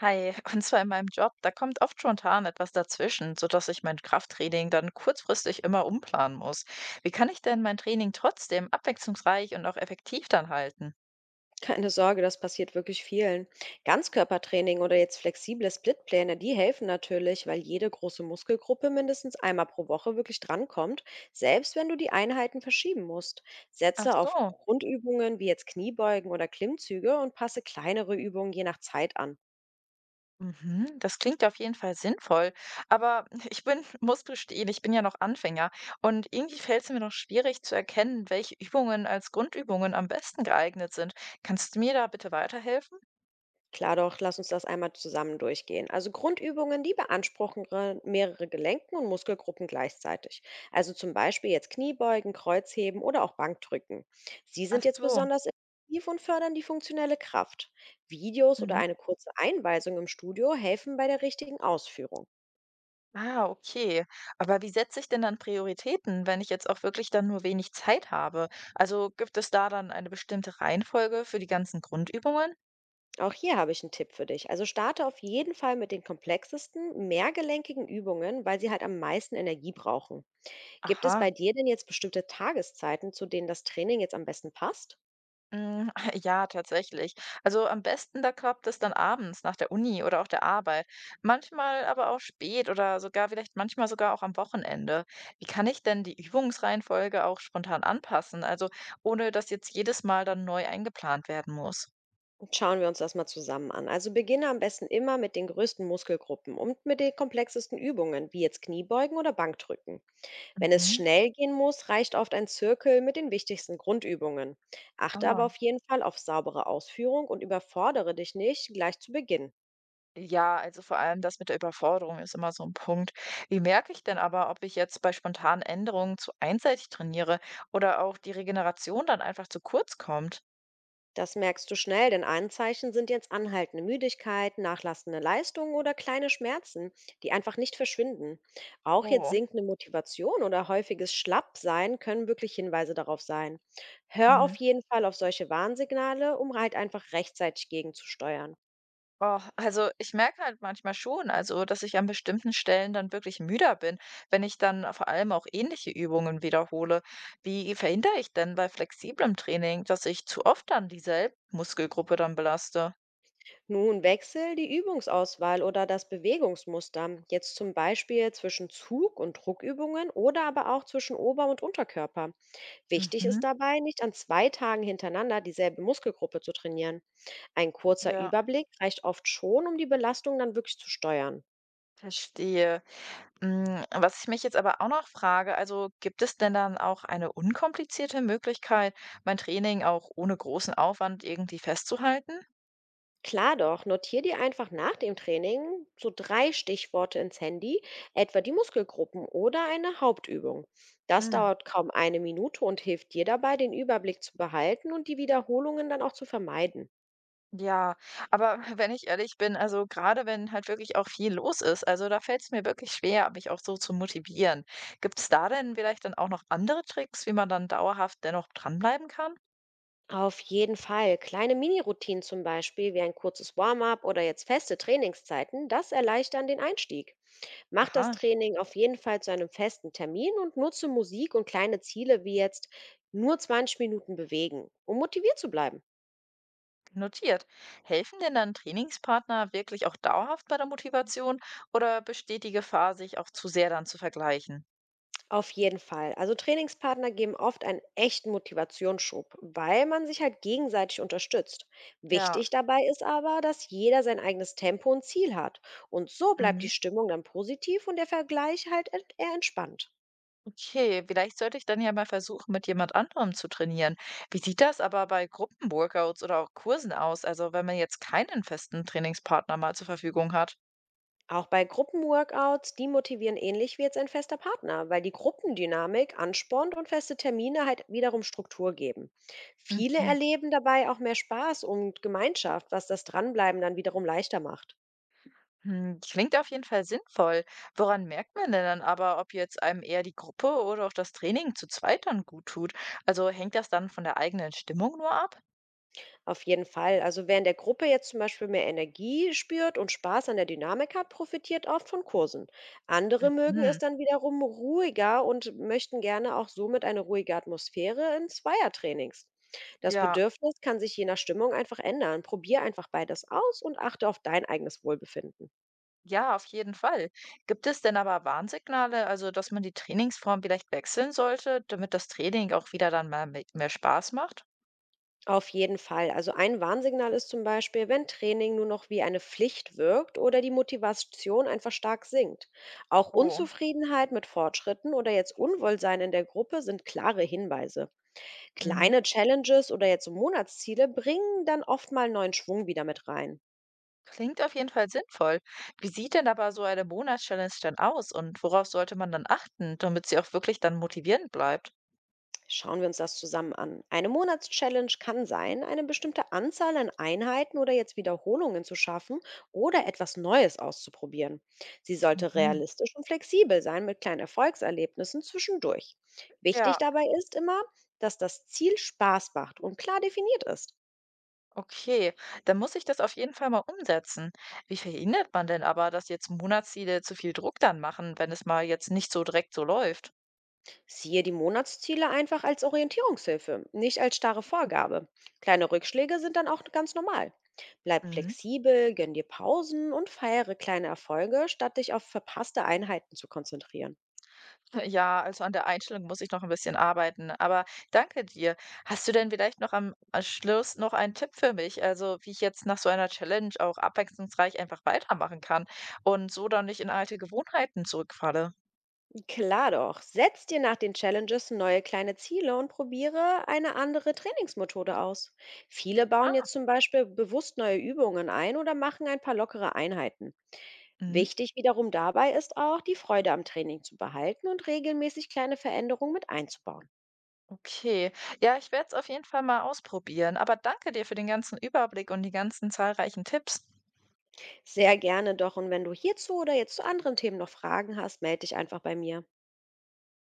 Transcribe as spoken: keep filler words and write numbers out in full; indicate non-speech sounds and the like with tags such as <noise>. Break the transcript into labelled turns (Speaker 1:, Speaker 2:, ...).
Speaker 1: Hi, <laughs> und zwar in meinem Job, da kommt oft spontan etwas dazwischen, sodass ich mein Krafttraining dann kurzfristig immer umplanen muss. Wie kann ich denn mein Training trotzdem abwechslungsreich und auch effektiv dann halten?
Speaker 2: Keine Sorge, das passiert wirklich vielen. Ganzkörpertraining oder jetzt flexible Splitpläne, die helfen natürlich, weil jede große Muskelgruppe mindestens einmal pro Woche wirklich drankommt, selbst wenn du die Einheiten verschieben musst.
Speaker 1: Ach
Speaker 2: Setze auf
Speaker 1: so.
Speaker 2: Grundübungen wie jetzt Kniebeugen oder Klimmzüge und passe kleinere Übungen je nach Zeit an.
Speaker 1: Mhm, das klingt auf jeden Fall sinnvoll, aber <laughs> ich bin, muss gestehen, ich bin ja noch Anfänger und irgendwie fällt es mir noch schwierig zu erkennen, welche Übungen als Grundübungen am besten geeignet sind. Kannst du mir da bitte weiterhelfen?
Speaker 2: Klar doch, lass uns das einmal zusammen durchgehen. Also Grundübungen, die beanspruchen gre- mehrere Gelenken und Muskelgruppen gleichzeitig. Also zum Beispiel jetzt Kniebeugen, Kreuzheben oder auch Bankdrücken. Sie sind
Speaker 1: Ach
Speaker 2: jetzt
Speaker 1: so.
Speaker 2: besonders effektiv und fördern die funktionelle Kraft. Videos oder
Speaker 1: Mhm.
Speaker 2: eine kurze Einweisung im Studio helfen bei der richtigen Ausführung.
Speaker 1: Ah, okay. Aber wie setze ich denn dann Prioritäten, wenn ich jetzt auch wirklich dann nur wenig Zeit habe? Also gibt es da dann eine bestimmte Reihenfolge für die ganzen Grundübungen?
Speaker 2: Auch hier habe ich einen Tipp für dich. Also starte auf jeden Fall mit den komplexesten, mehrgelenkigen Übungen, weil sie halt am meisten Energie brauchen. Gibt es
Speaker 1: Aha.
Speaker 2: bei dir denn jetzt bestimmte Tageszeiten, zu denen das Training jetzt am besten passt?
Speaker 1: Mm, <laughs> ja, tatsächlich. Also am besten, da klappt es dann abends nach der Uni oder auch der Arbeit. Manchmal aber auch spät oder sogar vielleicht manchmal sogar auch am Wochenende. Wie kann ich denn die Übungsreihenfolge auch spontan anpassen? Also ohne dass jetzt jedes Mal dann neu eingeplant werden muss.
Speaker 2: Und schauen wir uns das mal zusammen an. Also beginne am besten immer mit den größten Muskelgruppen und mit den komplexesten Übungen, wie jetzt Kniebeugen oder Bankdrücken. Wenn es
Speaker 1: Mhm.
Speaker 2: schnell gehen muss, reicht oft ein Zirkel mit den wichtigsten Grundübungen. Achte aber
Speaker 1: Ah.
Speaker 2: auf jeden Fall auf saubere Ausführung und überfordere dich nicht gleich zu Beginn.
Speaker 1: Ja, also vor allem das mit der Überforderung ist immer so ein Punkt. Wie merke ich denn aber, ob ich jetzt bei spontanen Änderungen zu einseitig trainiere oder auch die Regeneration dann einfach zu kurz kommt?
Speaker 2: Das merkst du schnell, denn Anzeichen sind jetzt anhaltende Müdigkeit, nachlassende Leistungen oder kleine Schmerzen, die einfach nicht verschwinden. Auch jetzt
Speaker 1: Oh.
Speaker 2: sinkende Motivation oder häufiges Schlappsein können wirklich Hinweise darauf sein. Hör auf
Speaker 1: Mhm.
Speaker 2: jeden Fall auf solche Warnsignale, um halt einfach rechtzeitig gegenzusteuern.
Speaker 1: Oh, also ich merke halt manchmal schon, also dass ich an bestimmten Stellen dann wirklich müder bin, wenn ich dann vor allem auch ähnliche Übungen wiederhole. Wie verhindere ich denn bei flexiblem Training, dass ich zu oft dann dieselbe Muskelgruppe dann belaste?
Speaker 2: Nun wechsel die Übungsauswahl oder das Bewegungsmuster, jetzt zum Beispiel zwischen Zug- und Druckübungen oder aber auch zwischen Ober- und Unterkörper. Wichtig ist
Speaker 1: Mhm.
Speaker 2: dabei, nicht an zwei Tagen hintereinander dieselbe Muskelgruppe zu trainieren. Ein kurzer
Speaker 1: Ja,
Speaker 2: Überblick reicht oft schon, um die Belastung dann wirklich zu steuern.
Speaker 1: verstehe. Hm, was ich mich jetzt aber auch noch frage, also gibt es denn dann auch eine unkomplizierte Möglichkeit, mein Training auch ohne großen Aufwand irgendwie festzuhalten?
Speaker 2: Klar doch, notier dir einfach nach dem Training so drei Stichworte ins Handy, etwa die Muskelgruppen oder eine Hauptübung. Das
Speaker 1: Hm.
Speaker 2: dauert kaum eine Minute und hilft dir dabei, den Überblick zu behalten und die Wiederholungen dann auch zu vermeiden.
Speaker 1: Ja, aber <laughs> wenn ich ehrlich bin, also gerade wenn halt wirklich auch viel los ist, also da fällt es mir wirklich schwer, mich auch so zu motivieren. Gibt es da denn vielleicht dann auch noch andere Tricks, wie man dann dauerhaft dennoch dranbleiben kann?
Speaker 2: Auf jeden Fall. Kleine Mini-Routinen zum Beispiel, wie ein kurzes Warm-up oder jetzt feste Trainingszeiten, das erleichtern den Einstieg. Mach das
Speaker 1: Aha.
Speaker 2: Training auf jeden Fall zu einem festen Termin und nutze Musik und kleine Ziele wie jetzt nur zwanzig Minuten bewegen, um motiviert zu bleiben.
Speaker 1: Notiert. Helfen denn dann Trainingspartner wirklich auch dauerhaft bei der Motivation oder besteht die Gefahr, sich auch zu sehr dann zu vergleichen?
Speaker 2: Auf jeden Fall. Also Trainingspartner geben oft einen echten Motivationsschub, weil man sich halt gegenseitig unterstützt.
Speaker 1: Ja.
Speaker 2: Wichtig dabei ist aber, dass jeder sein eigenes Tempo und Ziel hat. Und so bleibt die
Speaker 1: Mhm.
Speaker 2: Stimmung dann positiv und der Vergleich halt ent- eher entspannt.
Speaker 1: Okay, vielleicht sollte ich dann ja mal versuchen, mit jemand anderem zu trainieren. Wie sieht das aber bei Gruppenworkouts oder auch Kursen aus? Also wenn man jetzt keinen festen Trainingspartner mal zur Verfügung hat.
Speaker 2: Auch bei Gruppenworkouts, die motivieren ähnlich wie jetzt ein fester Partner, weil die Gruppendynamik anspornt und feste Termine halt wiederum Struktur geben. Viele
Speaker 1: Mhm.
Speaker 2: erleben dabei auch mehr Spaß und Gemeinschaft, was das Dranbleiben dann wiederum leichter macht.
Speaker 1: Hm, klingt auf jeden Fall sinnvoll. Woran merkt man denn dann aber, ob jetzt einem eher die Gruppe oder auch das Training zu zweit dann gut tut? Also hängt das dann von der eigenen Stimmung nur ab?
Speaker 2: Auf jeden Fall. Also wer in der Gruppe jetzt zum Beispiel mehr Energie spürt und Spaß an der Dynamik hat, profitiert oft von Kursen. Andere mögen es
Speaker 1: Mhm.
Speaker 2: dann wiederum ruhiger und möchten gerne auch somit eine ruhige Atmosphäre in Zweiertrainings. Das
Speaker 1: Ja,
Speaker 2: Bedürfnis kann sich je nach Stimmung einfach ändern. Probier einfach beides aus und achte auf dein eigenes Wohlbefinden.
Speaker 1: ja, auf jeden Fall. Gibt es denn aber Warnsignale, also dass man die Trainingsform vielleicht wechseln sollte, damit das Training auch wieder dann mal me- mehr Spaß macht?
Speaker 2: Auf jeden Fall. Also ein Warnsignal ist zum Beispiel, wenn Training nur noch wie eine Pflicht wirkt oder die Motivation einfach stark sinkt. Auch
Speaker 1: Oh,
Speaker 2: Unzufriedenheit mit Fortschritten oder jetzt Unwohlsein in der Gruppe sind klare Hinweise.
Speaker 1: mhm.
Speaker 2: Kleine Challenges oder jetzt so Monatsziele bringen dann oft mal neuen Schwung wieder mit rein.
Speaker 1: Klingt auf jeden Fall sinnvoll. Wie sieht denn aber so eine Monatschallenge denn aus und worauf sollte man dann achten, damit sie auch wirklich dann motivierend bleibt?
Speaker 2: Schauen wir uns das zusammen an. Eine Monatschallenge kann sein, eine bestimmte Anzahl an Einheiten oder jetzt Wiederholungen zu schaffen oder etwas Neues auszuprobieren. Sie sollte
Speaker 1: Mhm.
Speaker 2: realistisch und flexibel sein mit kleinen Erfolgserlebnissen zwischendurch. Wichtig
Speaker 1: Ja,
Speaker 2: dabei ist immer, dass das Ziel Spaß macht und klar definiert ist.
Speaker 1: okay. Dann muss ich das auf jeden Fall mal umsetzen. Wie verhindert man denn aber, dass jetzt Monatsziele zu viel Druck dann machen, wenn es mal jetzt nicht so direkt so läuft?
Speaker 2: Siehe die Monatsziele einfach als Orientierungshilfe, nicht als starre Vorgabe. Kleine Rückschläge sind dann auch ganz normal. Bleib
Speaker 1: Mhm.
Speaker 2: flexibel, gönn dir Pausen und feiere kleine Erfolge, statt dich auf verpasste Einheiten zu konzentrieren.
Speaker 1: Ja, also an der Einstellung muss ich noch ein bisschen arbeiten, aber danke dir. Hast du denn vielleicht noch am am Schluss noch einen Tipp für mich, also wie ich jetzt nach so einer Challenge auch abwechslungsreich einfach weitermachen kann und so dann nicht in alte Gewohnheiten zurückfalle?
Speaker 2: Klar doch, setz dir nach den Challenges neue kleine Ziele und probiere eine andere Trainingsmethode aus. Viele bauen
Speaker 1: Ah.
Speaker 2: jetzt zum Beispiel bewusst neue Übungen ein oder machen ein paar lockere Einheiten.
Speaker 1: Mhm,
Speaker 2: Wichtig wiederum dabei ist auch, die Freude am Training zu behalten und regelmäßig kleine Veränderungen mit einzubauen.
Speaker 1: okay. Ja, ich werde es auf jeden Fall mal ausprobieren, aber danke dir für den ganzen Überblick und die ganzen zahlreichen Tipps.
Speaker 2: Sehr gerne doch und wenn du hierzu oder jetzt zu anderen Themen noch Fragen hast, melde dich einfach bei mir.